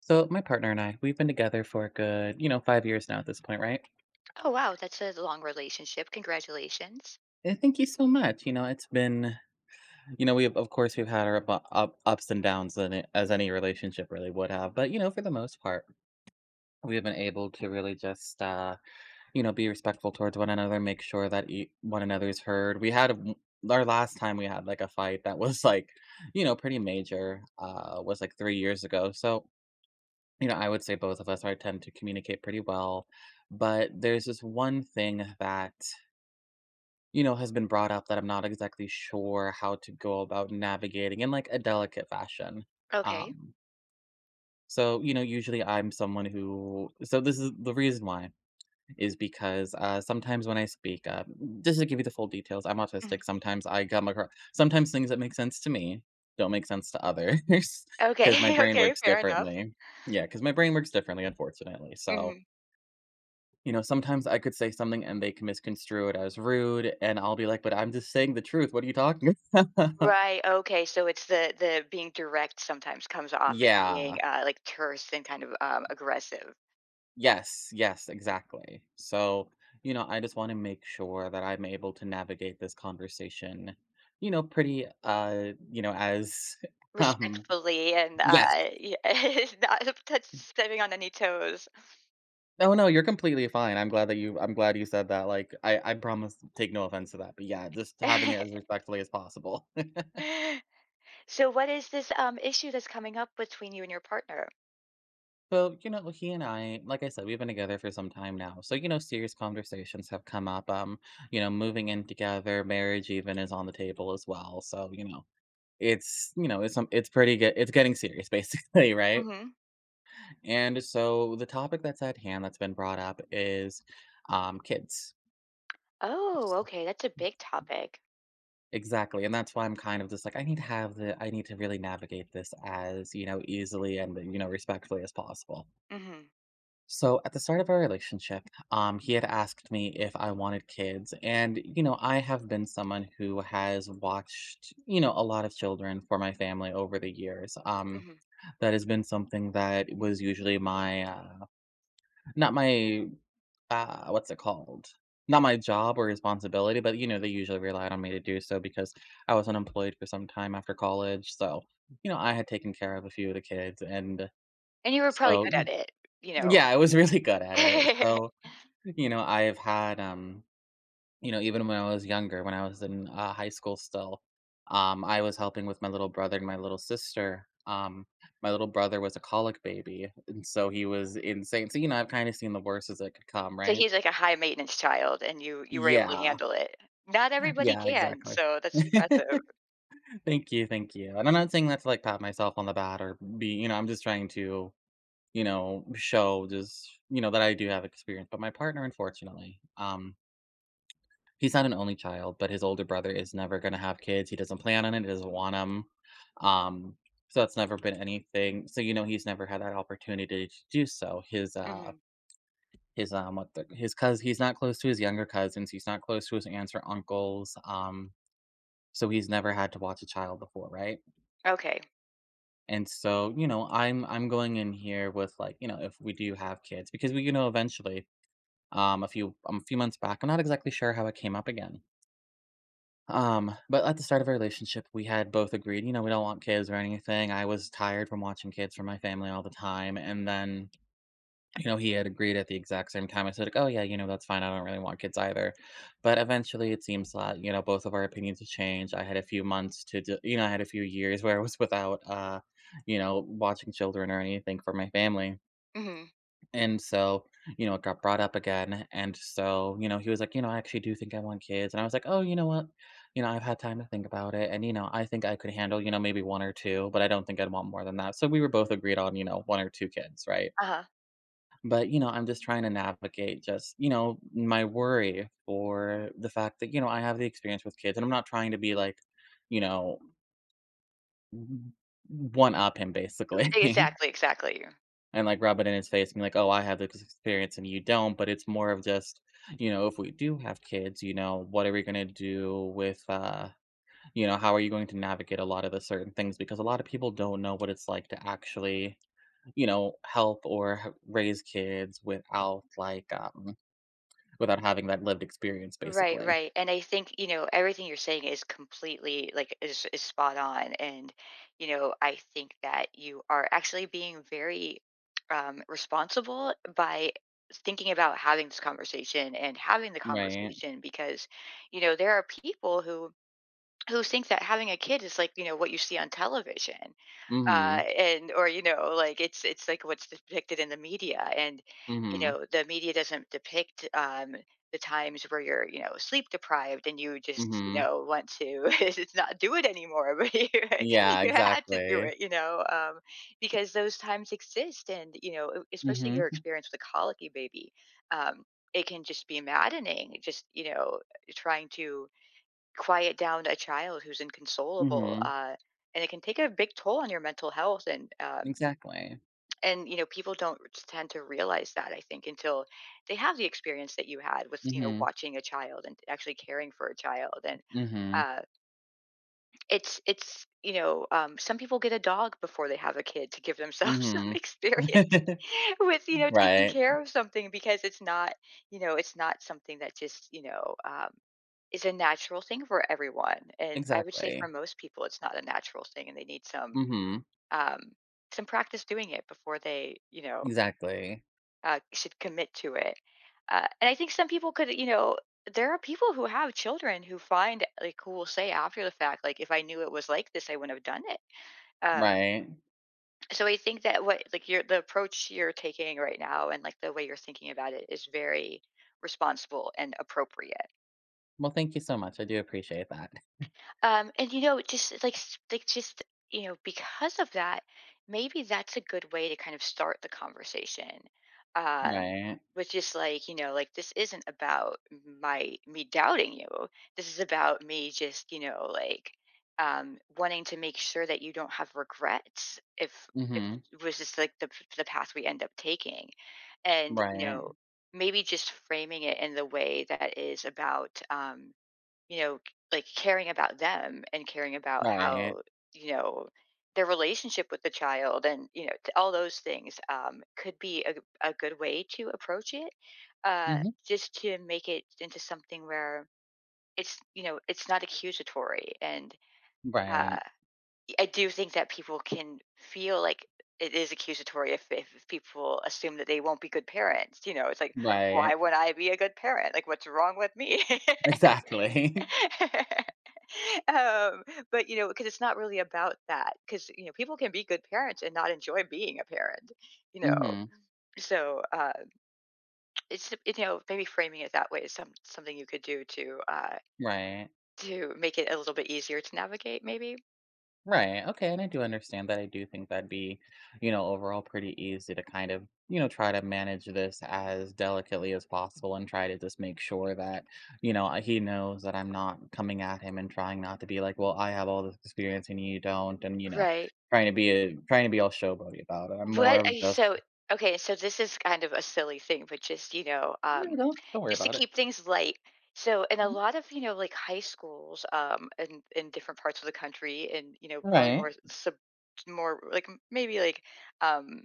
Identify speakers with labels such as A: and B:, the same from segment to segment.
A: So my partner and I, we've been together for a good, you know, 5 years now at this point, right?
B: Oh, wow, that's a long relationship. Congratulations.
A: And thank you so much. You know, it's been, we have, of course, we've had our ups and downs in it, as any relationship really would have. But, you know, for the most part, we have been able to really just, you know, be respectful towards one another, make sure that one another is heard. We had a w- Our last time we had like a fight that was like, you know, pretty major, was like 3 years ago. So you know, I would say both of us are tend to communicate pretty well, but there's this one thing that, you know, has been brought up that I'm not exactly sure how to go about navigating in like a delicate fashion.
B: Okay.
A: Um, so, you know, usually I'm someone who, so this is the reason why is because sometimes when I speak, just to give you the full details, I'm
B: Mhm.
A: autistic. Sometimes I come across, sometimes things that make sense to me don't make sense to others because my
B: Okay,
A: brain
B: okay,
A: works
B: fair enough.
A: differently. Yeah, because my brain works differently, unfortunately. So,
B: Mhm.
A: you know, sometimes I could say something and they can misconstrue it as rude, and I'll be like, "But I'm just saying the truth. What are you talking about?"
B: Right, okay, so it's the being direct sometimes comes off as being,
A: Yeah.
B: like, terse and kind of, aggressive.
A: Yes, yes, exactly. So, you know, I just wanna make sure that I'm able to navigate this conversation, you know, pretty, you know, as, um
B: Respectfully and,
A: yes.
B: yeah, it's not touch stepping on any toes.
A: No, no, you're completely fine. I'm glad that you I'm glad you said that. Like, I promise take no offense to that, but yeah, just having it as respectfully as possible.
B: So what is this, issue that's coming up between you and your partner?
A: So, you know, he and I, like I said, we've been together for some time now. So, you know, serious conversations have come up. You know, moving in together, marriage even is on the table as well. So, you know, it's you know, it's pretty good. It's getting serious, basically, right?
B: Mhm.
A: And so, the topic that's at hand that's been brought up is, kids.
B: Oh, okay, that's a big topic.
A: Exactly, and that's why I'm kind of just like I need to really navigate this as you know easily and you know respectfully as possible.
B: Mhm,
A: So at the start of our relationship, he had asked me if I wanted kids. And, you know, I have been someone who has watched, you know, a lot of children for my family over the years.
B: mhm.
A: That has been something that was usually my, not my, what's it called? Not my job or responsibility, but, you know, they usually relied on me to do so because I was unemployed for some time after college. So, you know, I had taken care of a few of the kids. And
B: And you were probably
A: so,
B: good at it, you know.
A: yeah, I was really good at it. So, you know, I've had, you know, even when I was younger, when I was in high school still, I was helping with my little brother and my little sister. My little brother was a colic baby, and so he was insane. So, you know, I've kind of seen the worst as it could come,
B: So
A: right?
B: he's like a high maintenance child and you were able to
A: Yeah,
B: handle it. Not everybody
A: yeah,
B: can,
A: exactly.
B: so that's impressive.
A: Thank you, thank you. And I'm not saying that to like pat myself on the back or be, you know, I'm just trying to, you know, show just, you know, that I do have experience. But my partner, unfortunately, he's not an only child, but his older brother is never gonna have kids, he doesn't plan on it, he doesn't want 'em, um, so that's never been anything so, you know, he's never had that opportunity to do so.
B: Mhm.
A: His, what the his cousin. He's not close to his younger cousins, he's not close to his aunts or uncles, so he's never had to watch a child before, right?
B: Okay.
A: And so, you know, I'm going in here with, like, you know, if we do have kids because we you know, eventually, a few months back I'm not exactly sure how it came up again. But at the start of our relationship, we had both agreed, you know, we don't want kids or anything. I was tired from watching kids from my family all the time. And then, you know, he had agreed at the exact same time. I said, like, oh, yeah, you know, that's fine. I don't really want kids either. But eventually it seems that, you know, both of our opinions have changed. I had a few months to, d- You know, I had a few years where I was without, you know, watching children or anything for my family
B: Mhm.
A: and so, you know, it got brought up again. And so, you know, he was like, you know, I actually do think I want kids. And I was like, oh, you know what? You know, I've had time to think about it. And, you know, I think I could handle, you know, maybe one or two, but I don't think I'd want more than that. So we were both agreed on, you know, one or two kids, right?
B: Uh-huh.
A: But, you know, I'm just trying to navigate just, you know, my worry for the fact that, you know, I have the experience with kids and I'm not trying to be like, you know, one up him basically.
B: Exactly, exactly.
A: And, like, rub it in his face, being like, "Oh, I have this experience and you don't," but it's more of just, you know, if we do have kids, you know, what are we gonna do with, you know, how are you going to navigate a lot of the certain things? Because a lot of people don't know what it's like to actually, you know, help or h raise kids without, like, without having that lived experience,
B: Right,
A: basically.
B: right. And I think, you know, everything you're saying is completely like is spot on. And, you know, I think that you are actually being very, um, responsible by thinking about having this conversation and having the
A: Right.
B: conversation because, you know, there are people who think that having a kid is like, you know, what you see on television,
A: Mhm.
B: uh, and or, you know, like it's like what's depicted in the media. And, you
A: Mhm.
B: know, the media doesn't depict, um, the times where you're, you know, sleep deprived and you just, you
A: Mhm.
B: know, want to it's not do it anymore but you,
A: Yeah,
B: you had to do
A: exactly.
B: it, you know. Because those times exist, and, you know, especially your
A: Mhm.
B: experience with a colicky baby, um, it can just be maddening just, you know, trying to quiet down a child who's inconsolable,
A: Mhm.
B: and it can take a big toll on your mental health. And,
A: Exactly.
B: and you know, people don't tend to realize that, I think, until they have the experience that you had with, you know,
A: Mhm.
B: watching a child and actually caring for a child. And,
A: Mhm.
B: uh, it's, you know, some people get a dog before they have a kid to give themselves some
A: Mhm.
B: experience with, you know, taking
A: Right.
B: care of something. Because it's not, you know, it's not something that just, you know, is a natural thing for everyone. And I would say for
A: Exactly.
B: most people, it's not a natural thing and they need
A: Mhm.
B: um, some practice doing it before they, you know,
A: Exactly.
B: should commit to it. And I think some people could, you know, there are people who have children who find like who will say after the fact, like if I knew it was like this, I wouldn't have done it. Um,
A: Right.
B: so I think that what like your the approach you're taking right now and like the way you're thinking about it is very responsible and appropriate.
A: Well, thank you so much. I do appreciate that.
B: And you know, it just it's like like just you know, because of that, maybe that's a good way to kind of start the conversation. Um,
A: Right.
B: with just like you know, like this isn't about my me doubting you. This is about me just, you know, like, wanting to make sure that you don't have regrets if
A: Mhm.
B: it was just like the path we end up taking, and you
A: Right.
B: know maybe just framing it in the way that is about, you know, like caring about them and caring about
A: Right.
B: how, you know, their relationship with the child and, you know, all those things, could be a good way to approach it, uh,
A: Mhm.
B: just to make it into something where it's, you know, it's not accusatory. And, uh,
A: Right.
B: I do think that people can feel like it is accusatory if, if people assume that they won't be good parents. You know, it's like, why
A: Right.
B: would I be a good parent? Like, what's wrong with me?
A: Exactly.
B: um, but you know, because it's not really about that. Because, you know, people can be good parents and not enjoy being a parent. You know,
A: Mhm.
B: so, it's you know maybe framing it that way is something you could do to,
A: Right.
B: to make it a little bit easier to navigate, maybe.
A: Right. Okay. And I do understand that. I do think that'd be, you know, overall pretty easy to kind of, you know, try to manage this as delicately as possible and try to just make sure that, you know, he knows that I'm not coming at him and trying not to be like, well, I have all this experience and you don't. And, you know,
B: Right.
A: trying to be all showboaty about it. I'm more
B: What are
A: of
B: you
A: just,
B: so okay, so this is kind of a silly thing, but just, you know,
A: you know, don't worry
B: just to
A: about it.
B: keep things light. So in a
A: Mhm.
B: lot of, you know, like high schools, in different parts of the country and, you know, probably
A: Right.
B: more like maybe like, um,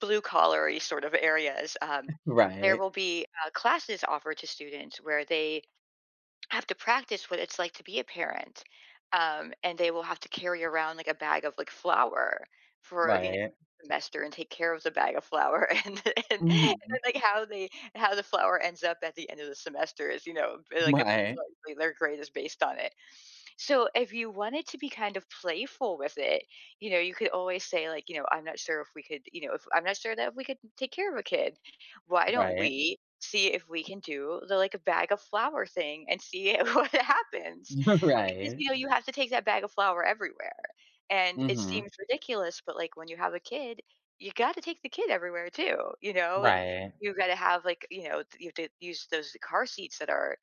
B: blue collar sort of areas, there
A: Right.
B: will be, classes offered to students where they have to practice what it's like to be a parent. And they will have to carry around like a bag of like flour for, you know,
A: Right.
B: semester and take care of the bag of flour and, and then,
A: Hmm.
B: like how they how the flour ends up at the end of the semester is, you know, like a
A: Right.
B: like, their grade is based on it. So if you wanted to be kind of playful with it, you know, you could always say like, you know, I'm not sure if we could, you know, if I'm not sure that if we could take care of a kid, why don't
A: Right.
B: we see if we can do the like a bag of flour thing and see what happens? Because,
A: Right.
B: you know, you have to take that bag of flour everywhere. And it
A: Hmm.
B: seems ridiculous, but like when you have a kid, you got to take the kid everywhere too, you know, and
A: Right.
B: you got to have like, you know, you have to use those car seats that are,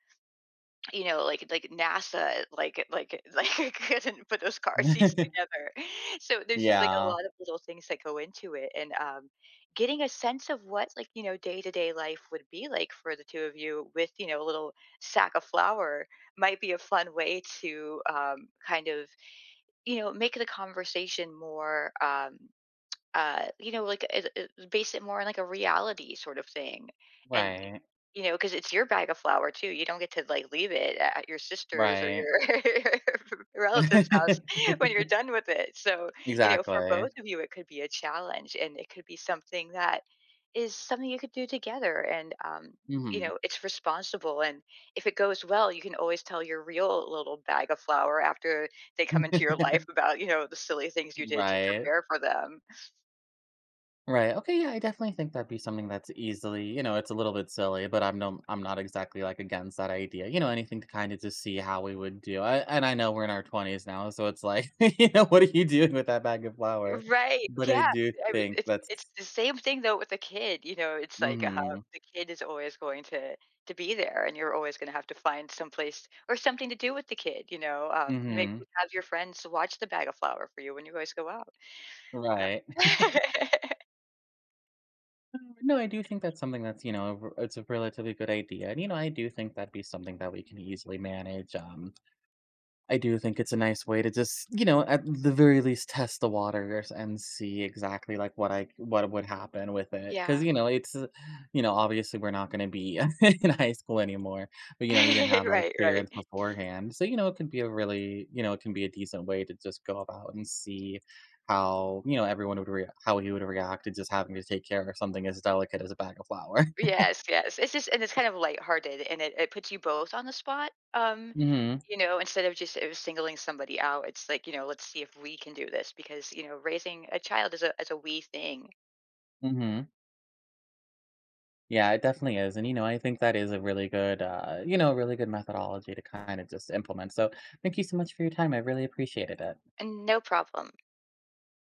B: you know, like NASA, like like couldn't put those car seats together. So there's just like a
A: Yeah,
B: lot of little things that go into it, and, getting a sense of what like, you know, day to day life would be like for the two of you with, you know, a little sack of flour might be a fun way to, kind of, you know, make the conversation more. You know, like, base it more on like a reality sort of thing, and
A: right,
B: you know, because it's your bag of flour too, you don't get to, like, leave it at your sister's or
A: right.
B: your relative's house when you're done with it, so, you know, for
A: Exactly.
B: both of you, it could be a challenge, and it could be something that is something you could do together, and, you
A: Mhm.
B: know, it's responsible, and if it goes well, you can always tell your real little bag of flour after they come into your life about, you know, the silly things you did to
A: Right,
B: prepare for them.
A: right. Okay, yeah, I definitely think that'd be something that's easily you know, it's a little bit silly, but I'm not exactly, like, against that idea, you know, anything to kinda just see how we would do. I know we're in our 20s now, so it's like, you know, what are you doing with that bag of flour?
B: Right,
A: But I
B: yeah,
A: do
B: I mean,
A: think
B: it's
A: that's
B: it's the same thing though with a kid, you know, it's like how
A: mhm,
B: the kid is always going to be there and you're always gonna have to find someplace or something to do with the kid, you know, maybe you
A: mhm,
B: have your friends watch the bag of flour for you when you guys go out. Uh
A: right. No, I do think that's something that's, you know, it's a relatively good idea. And, you know, I do think that'd be something that we can easily manage. I do think it's a nice way to just, you know, at the very least test the waters and see exactly like what would happen with it. Cause
B: Yeah.
A: you know, it's you know, obviously we're not gonna be in high school anymore. But you know, we didn't have that
B: Right, right.
A: experience beforehand. So, you know, it can be a really, you know, it can be a decent way to just go about and see how, you know, everyone would react how he would react to just having to take care of something as delicate as a bag of flour.
B: Yes, yes. It's just and it's kind of lighthearted and it puts you both on the spot.
A: Hmm.
B: You know, instead of just, singling somebody out, it's like, you know, let's see if we can do this because, you know, raising a child is a we thing.
A: Hmm. Yeah, it definitely is, and, you know, I think that is a really good, you know, really good methodology to kind of just implement, so thank you so much for your time, I really appreciated it.
B: And no problem.